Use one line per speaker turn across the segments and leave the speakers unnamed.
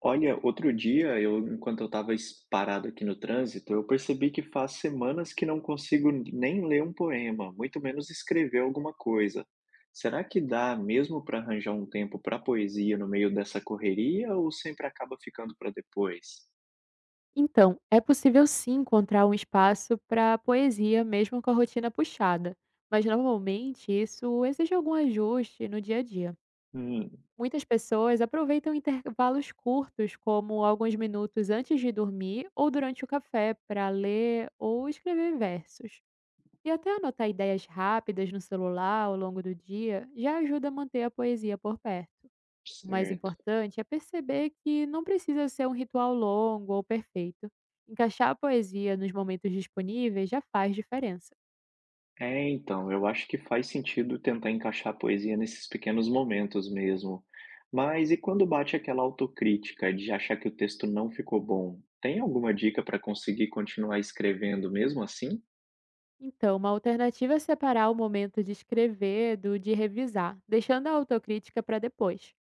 Olha, outro dia, eu enquanto eu estava parado aqui no trânsito, eu percebi que faz semanas que não consigo nem ler um poema, muito menos escrever alguma coisa. Será que dá mesmo para arranjar um tempo para poesia no meio dessa correria ou sempre acaba ficando para depois?
Então, é possível sim encontrar um espaço para poesia mesmo com a rotina puxada, mas normalmente isso exige algum ajuste no dia a dia.
Hum,
Muitas pessoas aproveitam intervalos curtos, como alguns minutos antes de dormir ou durante o café, para ler ou escrever versos. E até anotar ideias rápidas no celular ao longo do dia já ajuda a manter a poesia por perto. O mais
certo.
importante é perceber que não precisa ser um ritual longo ou perfeito. Encaixar a poesia nos momentos disponíveis já faz diferença.
É, então, eu acho que faz sentido tentar encaixar a poesia nesses pequenos momentos mesmo. Mas e quando bate aquela autocrítica de achar que o texto não ficou bom? Tem alguma dica para conseguir continuar escrevendo mesmo assim?
Então, uma alternativa é separar o momento de escrever do de revisar, deixando a autocrítica para depois.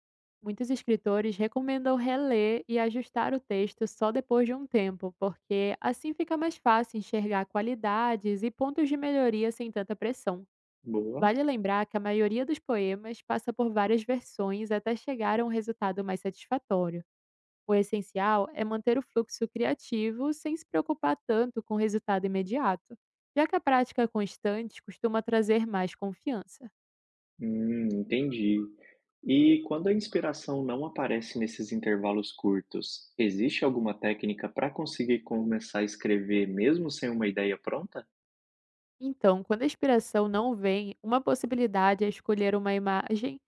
Muitos escritores recomendam reler e ajustar o texto só depois de um tempo, porque assim fica mais fácil enxergar qualidades e pontos de melhoria sem tanta pressão.
Boa.
Vale lembrar que a maioria dos poemas passa por várias versões até chegar a um resultado mais satisfatório. O essencial é manter o fluxo criativo sem se preocupar tanto com o resultado imediato, já que a prática constante costuma trazer mais confiança.
Entendi. E quando a inspiração não aparece nesses intervalos curtos, existe alguma técnica para conseguir começar a escrever mesmo sem uma ideia pronta?
Então, quando a inspiração não vem, uma possibilidade é escolher uma imagem,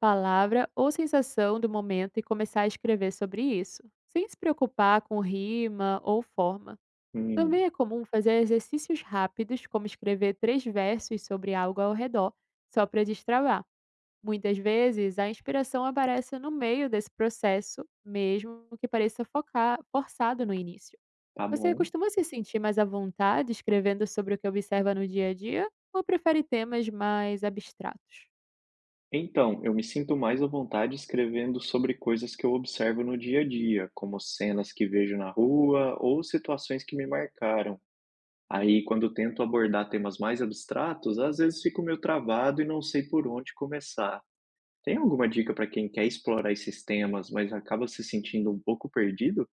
palavra ou sensação do momento e começar a escrever sobre isso, sem se preocupar com rima ou forma.
Hum,
Também é comum fazer exercícios rápidos, como escrever três versos sobre algo ao redor, só para destravar. Muitas vezes, a inspiração aparece no meio desse processo, mesmo que pareça focar, forçado no início.
tá
Você
bom.
costuma se sentir mais à vontade escrevendo sobre o que observa no dia a dia ou prefere temas mais abstratos?
Então, eu me sinto mais à vontade escrevendo sobre coisas que eu observo no dia a dia, como cenas que vejo na rua ou situações que me marcaram.
Uhum.
Aí, quando tento abordar temas mais abstratos, às vezes fico meio travado e não sei por onde começar. Tem alguma dica para quem quer explorar esses temas, mas acaba se sentindo um pouco perdido?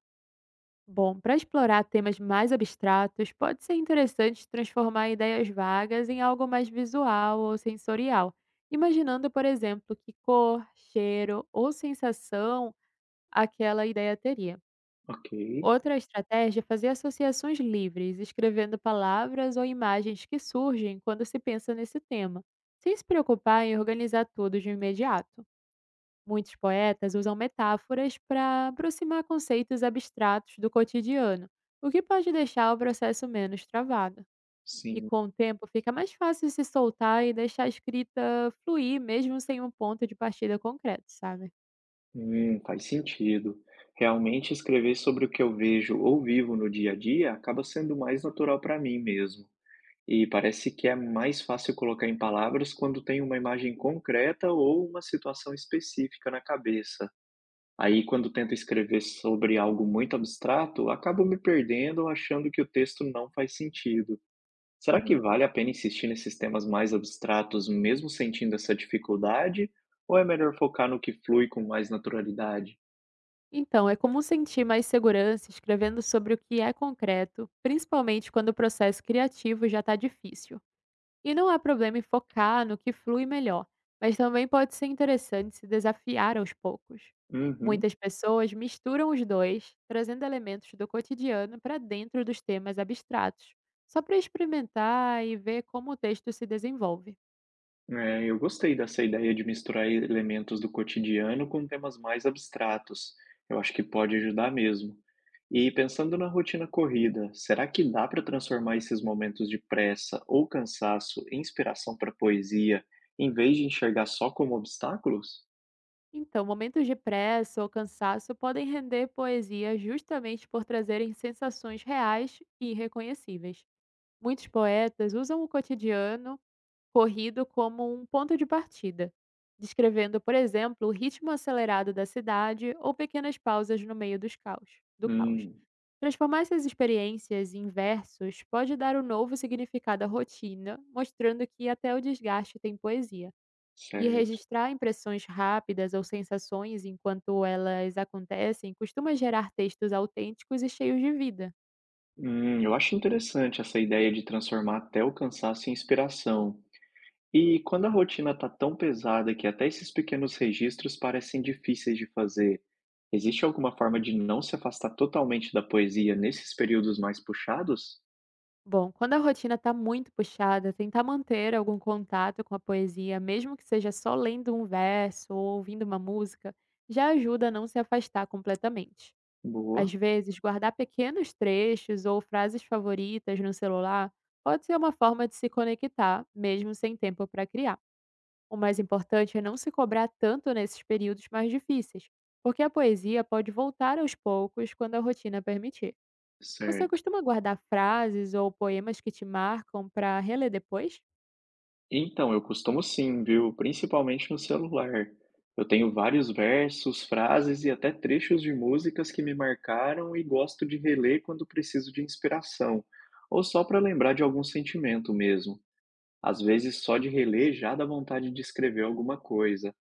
Bom, para explorar temas mais abstratos, pode ser interessante transformar ideias vagas em algo mais visual ou sensorial, imaginando, por exemplo, que cor, cheiro ou sensação aquela ideia teria.
Ok,
Outra estratégia é fazer associações livres, escrevendo palavras ou imagens que surgem quando se pensa nesse tema, sem se preocupar em organizar tudo de imediato. Muitos poetas usam metáforas para aproximar conceitos abstratos do cotidiano, o que pode deixar o processo menos travado. E
sim.
com o tempo fica mais fácil se soltar e deixar a escrita fluir, mesmo sem um ponto de partida concreto, sabe?
Faz sentido. Realmente escrever sobre o que eu vejo ou vivo no dia a dia acaba sendo mais natural para mim mesmo. E parece que é mais fácil colocar em palavras quando tem uma imagem concreta ou uma situação específica na cabeça. Aí, quando tento escrever sobre algo muito abstrato, acabo me perdendo ou achando que o texto não faz sentido. Será que
Uhum.
vale a pena insistir nesses temas mais abstratos, mesmo sentindo essa dificuldade? Ou é melhor focar no que flui com mais naturalidade?
Então, é comum sentir mais segurança escrevendo sobre o que é concreto, principalmente quando o processo criativo já está difícil. E não há problema em focar no que flui melhor, mas também pode ser interessante se desafiar aos poucos.
Uhum.
Muitas pessoas misturam os dois, trazendo elementos do cotidiano para dentro dos temas abstratos, só para experimentar e ver como o texto se desenvolve.
É, eu gostei dessa ideia de misturar elementos do cotidiano com temas mais abstratos. Eu acho que pode ajudar mesmo. E pensando na rotina corrida, será que dá para transformar esses momentos de pressa ou cansaço em inspiração para poesia, em vez de enxergar só como obstáculos?
Então, momentos de pressa ou cansaço podem render poesia justamente por trazerem sensações reais e irreconhecíveis. Muitos poetas usam o cotidiano corrido como um ponto de partida, descrevendo, por exemplo, o ritmo acelerado da cidade ou pequenas pausas no meio do caos.
Hum,
Transformar essas experiências em versos pode dar um novo significado à rotina, mostrando que até o desgaste tem poesia. E
certo.
registrar impressões rápidas ou sensações enquanto elas acontecem costuma gerar textos autênticos e cheios de vida.
Eu acho interessante essa ideia de transformar até o cansaço em inspiração. E quando a rotina está tão pesada que até esses pequenos registros parecem difíceis de fazer, existe alguma forma de não se afastar totalmente da poesia nesses períodos mais puxados?
Bom, quando a rotina está muito puxada, tentar manter algum contato com a poesia, mesmo que seja só lendo um verso ou ouvindo uma música, já ajuda a não se afastar completamente.
Boa,
Às vezes, guardar pequenos trechos ou frases favoritas no celular pode ser uma forma de se conectar, mesmo sem tempo para criar. O mais importante é não se cobrar tanto nesses períodos mais difíceis, porque a poesia pode voltar aos poucos quando a rotina permitir. Você
certo.
costuma guardar frases ou poemas que te marcam para reler depois?
Então, eu costumo sim, viu? Principalmente no celular. Eu tenho vários versos, frases e até trechos de músicas que me marcaram e gosto de reler quando preciso de inspiração, ou só para lembrar de algum sentimento mesmo. Às vezes, só de reler já dá vontade de escrever alguma coisa.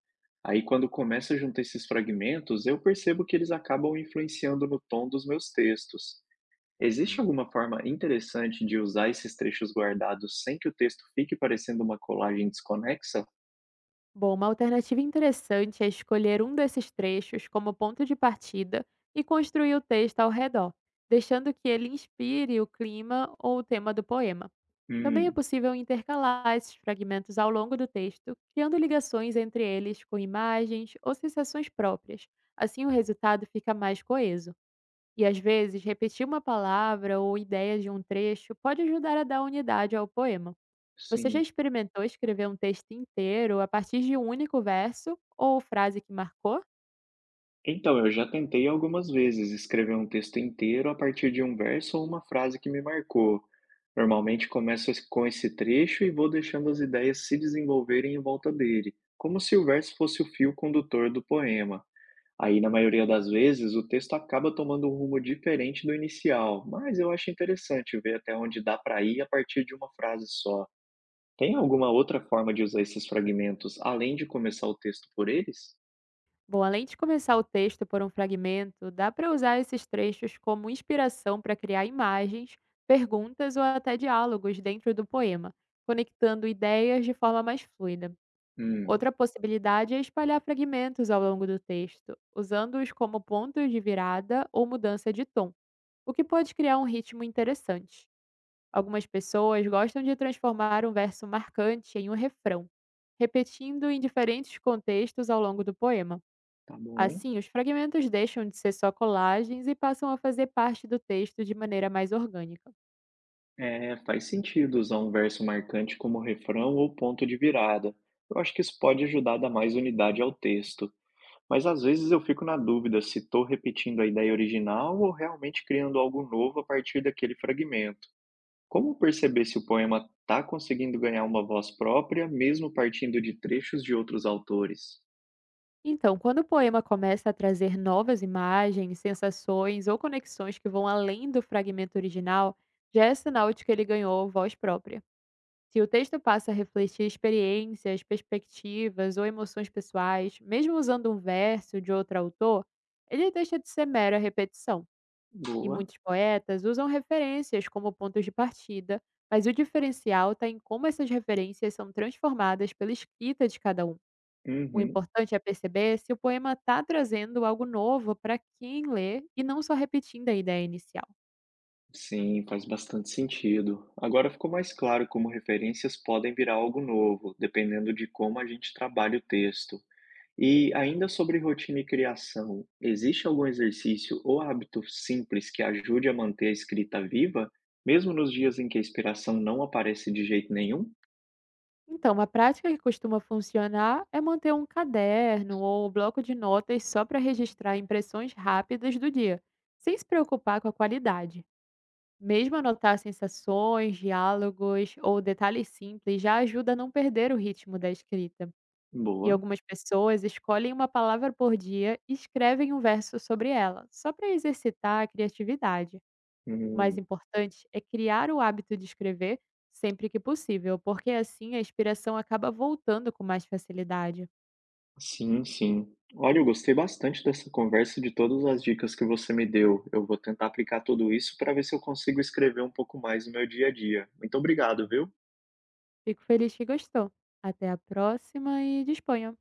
Aí, quando começo a juntar esses fragmentos, eu percebo que eles acabam influenciando no tom dos meus textos. Existe
Uhum.
alguma forma interessante de usar esses trechos guardados sem que o texto fique parecendo uma colagem desconexa?
Bom, uma alternativa interessante é escolher um desses trechos como ponto de partida e construir o texto ao redor, deixando que ele inspire o clima ou o tema do poema. Também é
Hum,
possível intercalar esses fragmentos ao longo do texto, criando ligações entre eles com imagens ou sensações próprias. Assim, o resultado fica mais coeso. E às vezes, repetir uma palavra ou ideia de um trecho pode ajudar a dar unidade ao poema. Você já
sim.
experimentou escrever um texto inteiro a partir de um único verso ou frase que marcou?
Então, eu já tentei algumas vezes escrever um texto inteiro a partir de um verso ou uma frase que me marcou. Normalmente começo com esse trecho e vou deixando as ideias se desenvolverem em volta dele, como se o verso fosse o fio condutor do poema. Aí, na maioria
Uhum.
das vezes, o texto acaba tomando um rumo diferente do inicial, mas eu acho interessante ver até onde dá para ir a partir de uma frase só. Tem alguma outra forma de usar esses fragmentos além de começar o texto por eles?
Bom, além de começar o texto por um fragmento, dá para usar esses trechos como inspiração para criar imagens, perguntas ou até diálogos dentro do poema, conectando ideias de forma mais fluida.
Hum,
Outra possibilidade é espalhar fragmentos ao longo do texto, usando-os como pontos de virada ou mudança de tom, o que pode criar um ritmo interessante. Algumas pessoas gostam de transformar um verso marcante em um refrão, repetindo em diferentes contextos ao longo do poema.
tá bom.
Assim, os fragmentos deixam de ser só colagens e passam a fazer parte do texto de maneira mais orgânica.
É, faz sentido usar um verso marcante como refrão ou ponto de virada. Eu acho que isso pode ajudar a dar mais unidade ao texto. Mas às vezes eu fico na dúvida se estou repetindo a ideia original ou realmente criando algo novo a partir daquele fragmento. Como perceber se o poema está conseguindo ganhar uma voz própria, mesmo partindo de trechos de outros autores?
Então, quando o poema começa a trazer novas imagens, sensações ou conexões que vão além do fragmento original, já é sinal de que ele ganhou voz própria. Se o texto passa a refletir experiências, perspectivas ou emoções pessoais, mesmo usando um verso de outro autor, ele deixa de ser mera repetição. E
Boa.
muitos poetas usam referências como pontos de partida, mas o diferencial está em como essas referências são transformadas pela escrita de cada um. O
Uhum.
importante é perceber se o poema está trazendo algo novo para quem lê e não só repetindo a ideia inicial.
Sim, faz bastante sentido. Agora ficou mais claro como referências podem virar algo novo, dependendo de como a gente trabalha o texto. E ainda sobre rotina e criação, existe algum exercício ou hábito simples que ajude a manter a escrita viva, mesmo nos dias em que a inspiração não aparece de jeito nenhum?
Então, uma prática que costuma funcionar é manter um caderno ou bloco de notas só para registrar impressões rápidas do dia, sem se preocupar com a qualidade. Mesmo anotar sensações, diálogos ou detalhes simples já ajuda a não perder o ritmo da escrita. E
Boa.
algumas pessoas escolhem uma palavra por dia e escrevem um verso sobre ela, só para exercitar a criatividade. O mais
Hum.
importante é criar o hábito de escrever sempre que possível, porque assim a inspiração acaba voltando com mais facilidade.
Sim, sim. Olha, eu gostei bastante dessa conversa e de todas as dicas que você me deu. Eu vou tentar aplicar tudo isso para ver se eu consigo escrever um pouco mais no meu dia a dia. Muito obrigado, viu?
Fico feliz que gostou. Até a próxima e disponha!